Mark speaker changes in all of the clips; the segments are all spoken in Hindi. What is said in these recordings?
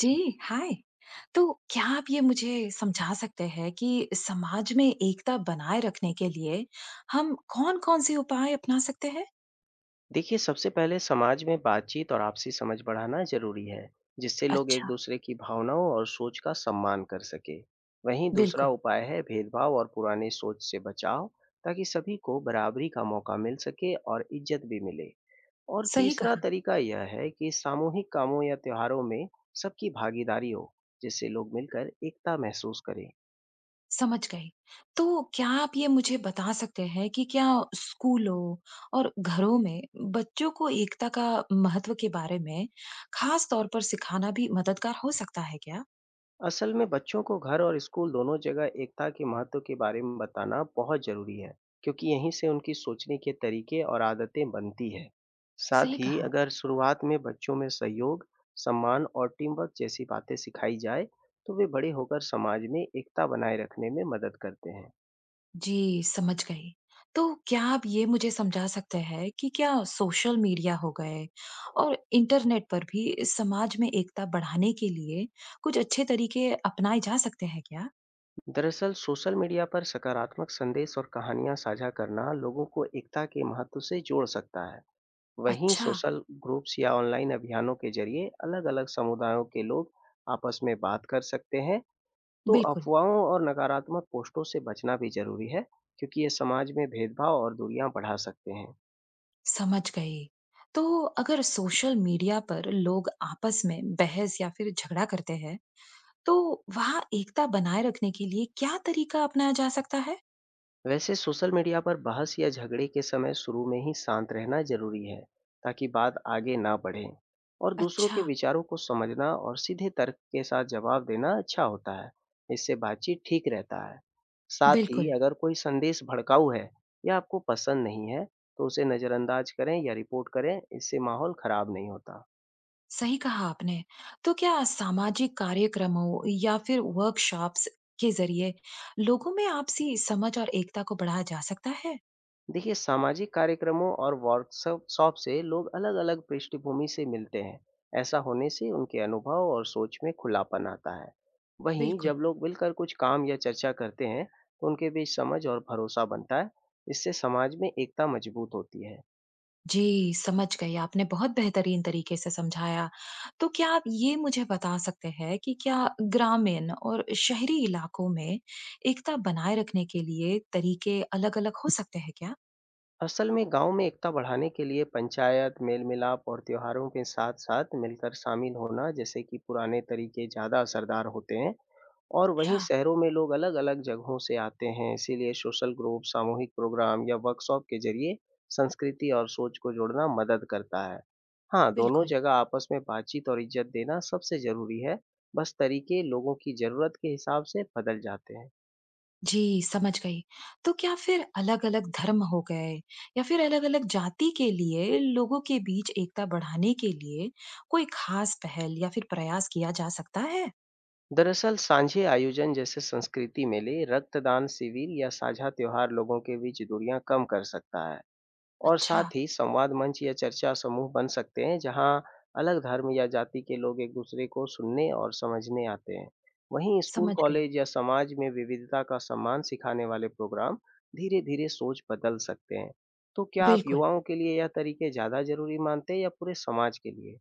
Speaker 1: जी, हाय। तो क्या आप ये मुझे समझा सकते हैं कि समाज में एकता बनाए रखने के लिए हम कौन-कौन से उपाय अपना सकते हैं?
Speaker 2: देखिए, सबसे पहले समाज में बातचीत और आपसी समझ बढ़ाना ज़रूरी है, जिससे लोग एक
Speaker 1: अच्छा,
Speaker 2: दूसरे की भावनाओं और सोच का सम्मान कर सकें। वहीं दूसरा
Speaker 1: बिल्कुल,
Speaker 2: उपाय है भेदभाव और पुरानी सोच से बचाव, ताकि सभी को बराबरी का मौका मिल सके और इज्जत भी मिले। और
Speaker 1: सही
Speaker 2: तीसरा
Speaker 1: कहा,
Speaker 2: तरीका यह है कि सामूहिक कामों या त्योहारों में सबकी भागीदारी हो, जिससे लोग मिलकर एकता महसूस करें।
Speaker 1: समझ गई। तो क्या आप ये मुझे बता सकते हैं कि क्या स्कूलों और घरों में बच्चों को एकता का महत्व के बारे में खास तौर पर सिखाना भी मददगार हो सकता है क्या?
Speaker 2: असल में बच्चों को घर और स्कूल दोनों जगह एकता के महत्व के बारे में बताना बहुत जरूरी है, क्योंकि यहीं से उनकी सोचने के तरीके और आदतें बनती है। साथ
Speaker 1: सही
Speaker 2: ही
Speaker 1: कहा।
Speaker 2: अगर शुरुआत में बच्चों में सहयोग, सम्मान और टीम वर्क जैसी बातें सिखाई जाए, तो वे बड़े होकर समाज में एकता बनाए रखने में मदद करते हैं।
Speaker 1: जी, समझ गई। तो क्या आप ये मुझे समझा सकते हैं कि क्या सोशल मीडिया हो गए और इंटरनेट पर भी समाज में एकता बढ़ाने के लिए कुछ अच्छे तरीके अपनाए जा सकते हैं क्या?
Speaker 2: दरअसल सोशल मीडिया पर सकारात्मक संदेश और कहानियां साझा करना लोगों को एकता के महत्व से जोड़ सकता है। वहीं
Speaker 1: अच्छा,
Speaker 2: सोशल ग्रुप्स या ऑनलाइन अभियानों के जरिए अलग-अलग समुदायों के लोग आपस में बात कर सकते हैं। तो
Speaker 1: बिल्कुल,
Speaker 2: अफवाहों और नकारात्मक पोस्टों से बचना भी ज़रूरी है, क्योंकि ये समाज में भेदभाव और दूरियां बढ़ा सकते हैं।
Speaker 1: समझ गई। तो अगर सोशल मीडिया पर लोग आपस में बहस या फिर झगड़ा करते हैं, तो वहाँ एकता बनाए रखने के लिए क्या तरीका अपनाया जा सकता है?
Speaker 2: वैसे सोशल मीडिया पर बहस या झगड़े के समय शुरू में ही शांत रहना जरूरी है, ताकि बात आगे ना बढ़े। और दूसरों
Speaker 1: अच्छा,
Speaker 2: के विचारों को समझना और सीधे तर्क के साथ जवाब देना अच्छा होता है। इससे बातचीत ठीक रहता है। साथ ही
Speaker 1: बिल्कुल।
Speaker 2: अगर कोई संदेश भड़काऊ है या आपको पसंद नहीं है, तो उसे नज़रअंदाज करें या रिपोर्ट करें। इससे माहौल खराब नहीं होता।
Speaker 1: सही कहा आपने। तो क्या सामाजिक कार्यक्रमों या फिर वर्कशॉप्स के ज़रिए लोगों में आपसी समझ और एकता को बढ़ाया जा सकता है?
Speaker 2: देखिए, सामाजिक कार्यक्रमों और वर्कशॉप शॉप से लोग अलग अलग पृष्ठभूमि से मिलते हैं। ऐसा होने से उनके अनुभव और सोच में खुलापन आता है। वहीं जब
Speaker 1: बिल्कुल
Speaker 2: लोग मिलकर कुछ काम या चर्चा करते हैं, तो उनके बीच समझ और भरोसा बनता है। इससे समाज में एकता मजबूत होती है।
Speaker 1: जी, समझ गई। आपने बहुत बेहतरीन तरीके से समझाया। तो क्या आप ये मुझे बता सकते हैं कि क्या ग्रामीण और शहरी इलाकों में एकता बनाए रखने के लिए तरीके अलग-अलग हो सकते हैं क्या?
Speaker 2: असल में गांव में एकता बढ़ाने के लिए पंचायत, मेल मिलाप और त्योहारों के साथ साथ मिलकर शामिल होना जैसे कि पुराने तरीके ज़्यादा असरदार होते हैं। और वहीं
Speaker 1: अच्छा,
Speaker 2: शहरों में लोग अलग अलग जगहों से आते हैं, इसीलिए सोशल ग्रुप, सामूहिक प्रोग्राम या वर्कशॉप के जरिए संस्कृति और सोच को जोड़ना मदद करता है। हाँ, दोनों
Speaker 1: बिल्कुल।
Speaker 2: जगह आपस में बातचीत और इज्जत देना सबसे ज़रूरी है, बस तरीके लोगों की ज़रूरत के हिसाब से बदल जाते हैं।
Speaker 1: जी, समझ गई। तो क्या फिर अलग-अलग धर्म हो गए या फिर अलग-अलग जाति के लिए लोगों के बीच एकता बढ़ाने के लिए कोई खास पहल या फिर प्रयास किया जा सकता है?
Speaker 2: दरअसल सांझे आयोजन जैसे संस्कृति मेले, रक्तदान शिविर या साझा त्योहार लोगों के बीच दूरियां कम कर सकता है। और
Speaker 1: अच्छा,
Speaker 2: साथ ही संवाद मंच या चर्चा समूह बन सकते हैं, जहां अलग धर्म या जाति के लोग एक दूसरे को सुनने और समझने आते हैं। वहीं स्कूल,
Speaker 1: समझ गई।
Speaker 2: कॉलेज या समाज में विविधता का सम्मान सिखाने वाले प्रोग्राम धीरे-धीरे सोच बदल सकते हैं। तो क्या आप
Speaker 1: बिल्कुल।
Speaker 2: युवाओं के लिए यह तरीके ज़्यादा जरूरी मानते हैं या पूरे समाज के लिए?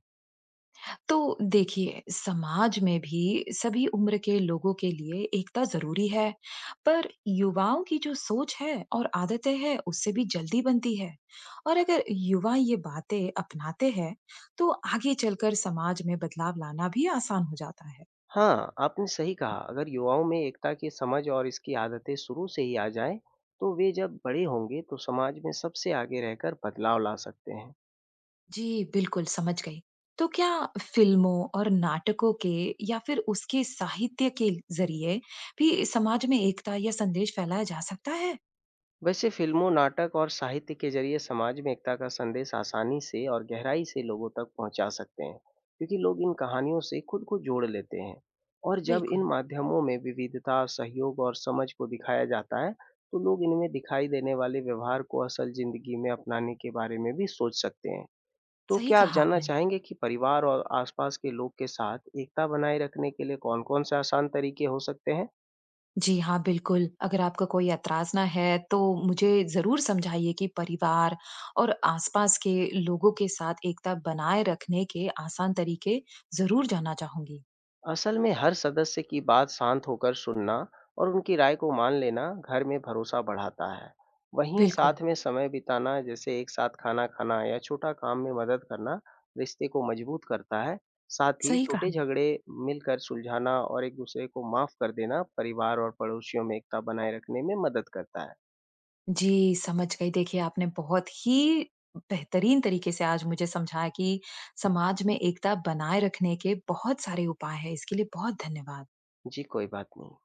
Speaker 1: तो देखिए, समाज में भी सभी उम्र के लोगों के लिए एकता ज़रूरी है, पर युवाओं की जो सोच है और आदतें हैं, उससे भी जल्दी बनती है। और अगर युवा ये बातें अपनाते हैं, तो आगे चलकर समाज में बदलाव लाना भी आसान हो जाता है।
Speaker 2: हाँ, आपने सही कहा। अगर युवाओं में एकता की समझ और इसकी आदतें शुरू से ही आ जाएँ, तो वे जब बड़े होंगे तो समाज में सबसे आगे रहकर बदलाव ला सकते हैं।
Speaker 1: जी, बिल्कुल समझ गई। तो क्या फ़िल्मों और नाटकों के या फिर उसके साहित्य के ज़रिए भी समाज में एकता या संदेश फैलाया जा सकता है?
Speaker 2: वैसे फ़िल्मों, नाटक और साहित्य के ज़रिए समाज में एकता का संदेश आसानी से और गहराई से लोगों तक पहुँचा सकते हैं, क्योंकि लोग इन कहानियों से खुद को जोड़ लेते हैं। और जब इन
Speaker 1: बिल्कुल,
Speaker 2: माध्यमों में विविधता, सहयोग और समझ को दिखाया जाता है, तो लोग इनमें दिखाई देने वाले व्यवहार को असल ज़िंदगी में अपनाने के बारे में भी सोच सकते हैं। तो
Speaker 1: सही
Speaker 2: क्या आप
Speaker 1: कहा
Speaker 2: जानना
Speaker 1: आपने।
Speaker 2: चाहेंगे कि परिवार और आसपास के लोग के साथ एकता बनाए रखने के लिए कौन-कौन से आसान तरीके हो सकते हैं?
Speaker 1: जी हाँ, बिल्कुल। अगर आपका कोई एतराज़ ना है, तो मुझे ज़रूर समझाइए कि परिवार और आस-पास के लोगों के साथ एकता बनाए रखने के आसान तरीके ज़रूर जानना चाहूँगी।
Speaker 2: असल में हर सदस्य की बात शांत होकर सुनना और उनकी राय को मान लेना घर में भरोसा बढ़ाता है। वहीं
Speaker 1: बिल्कुल,
Speaker 2: साथ में समय बिताना जैसे एक साथ खाना खाना या छोटा काम में मदद करना रिश्ते को मजबूत करता है। साथ ही
Speaker 1: सही कहा।
Speaker 2: छोटे झगड़े मिलकर सुलझाना और एक दूसरे को माफ कर देना परिवार और पड़ोसियों में एकता बनाए रखने में मदद करता है।
Speaker 1: जी, समझ गई। देखिए, आपने बहुत ही बेहतरीन तरीके से आज मुझे समझाया कि समाज में एकता बनाए रखने के बहुत सारे उपाय हैं। इसके लिए बहुत धन्यवाद।
Speaker 2: जी, कोई बात नहीं।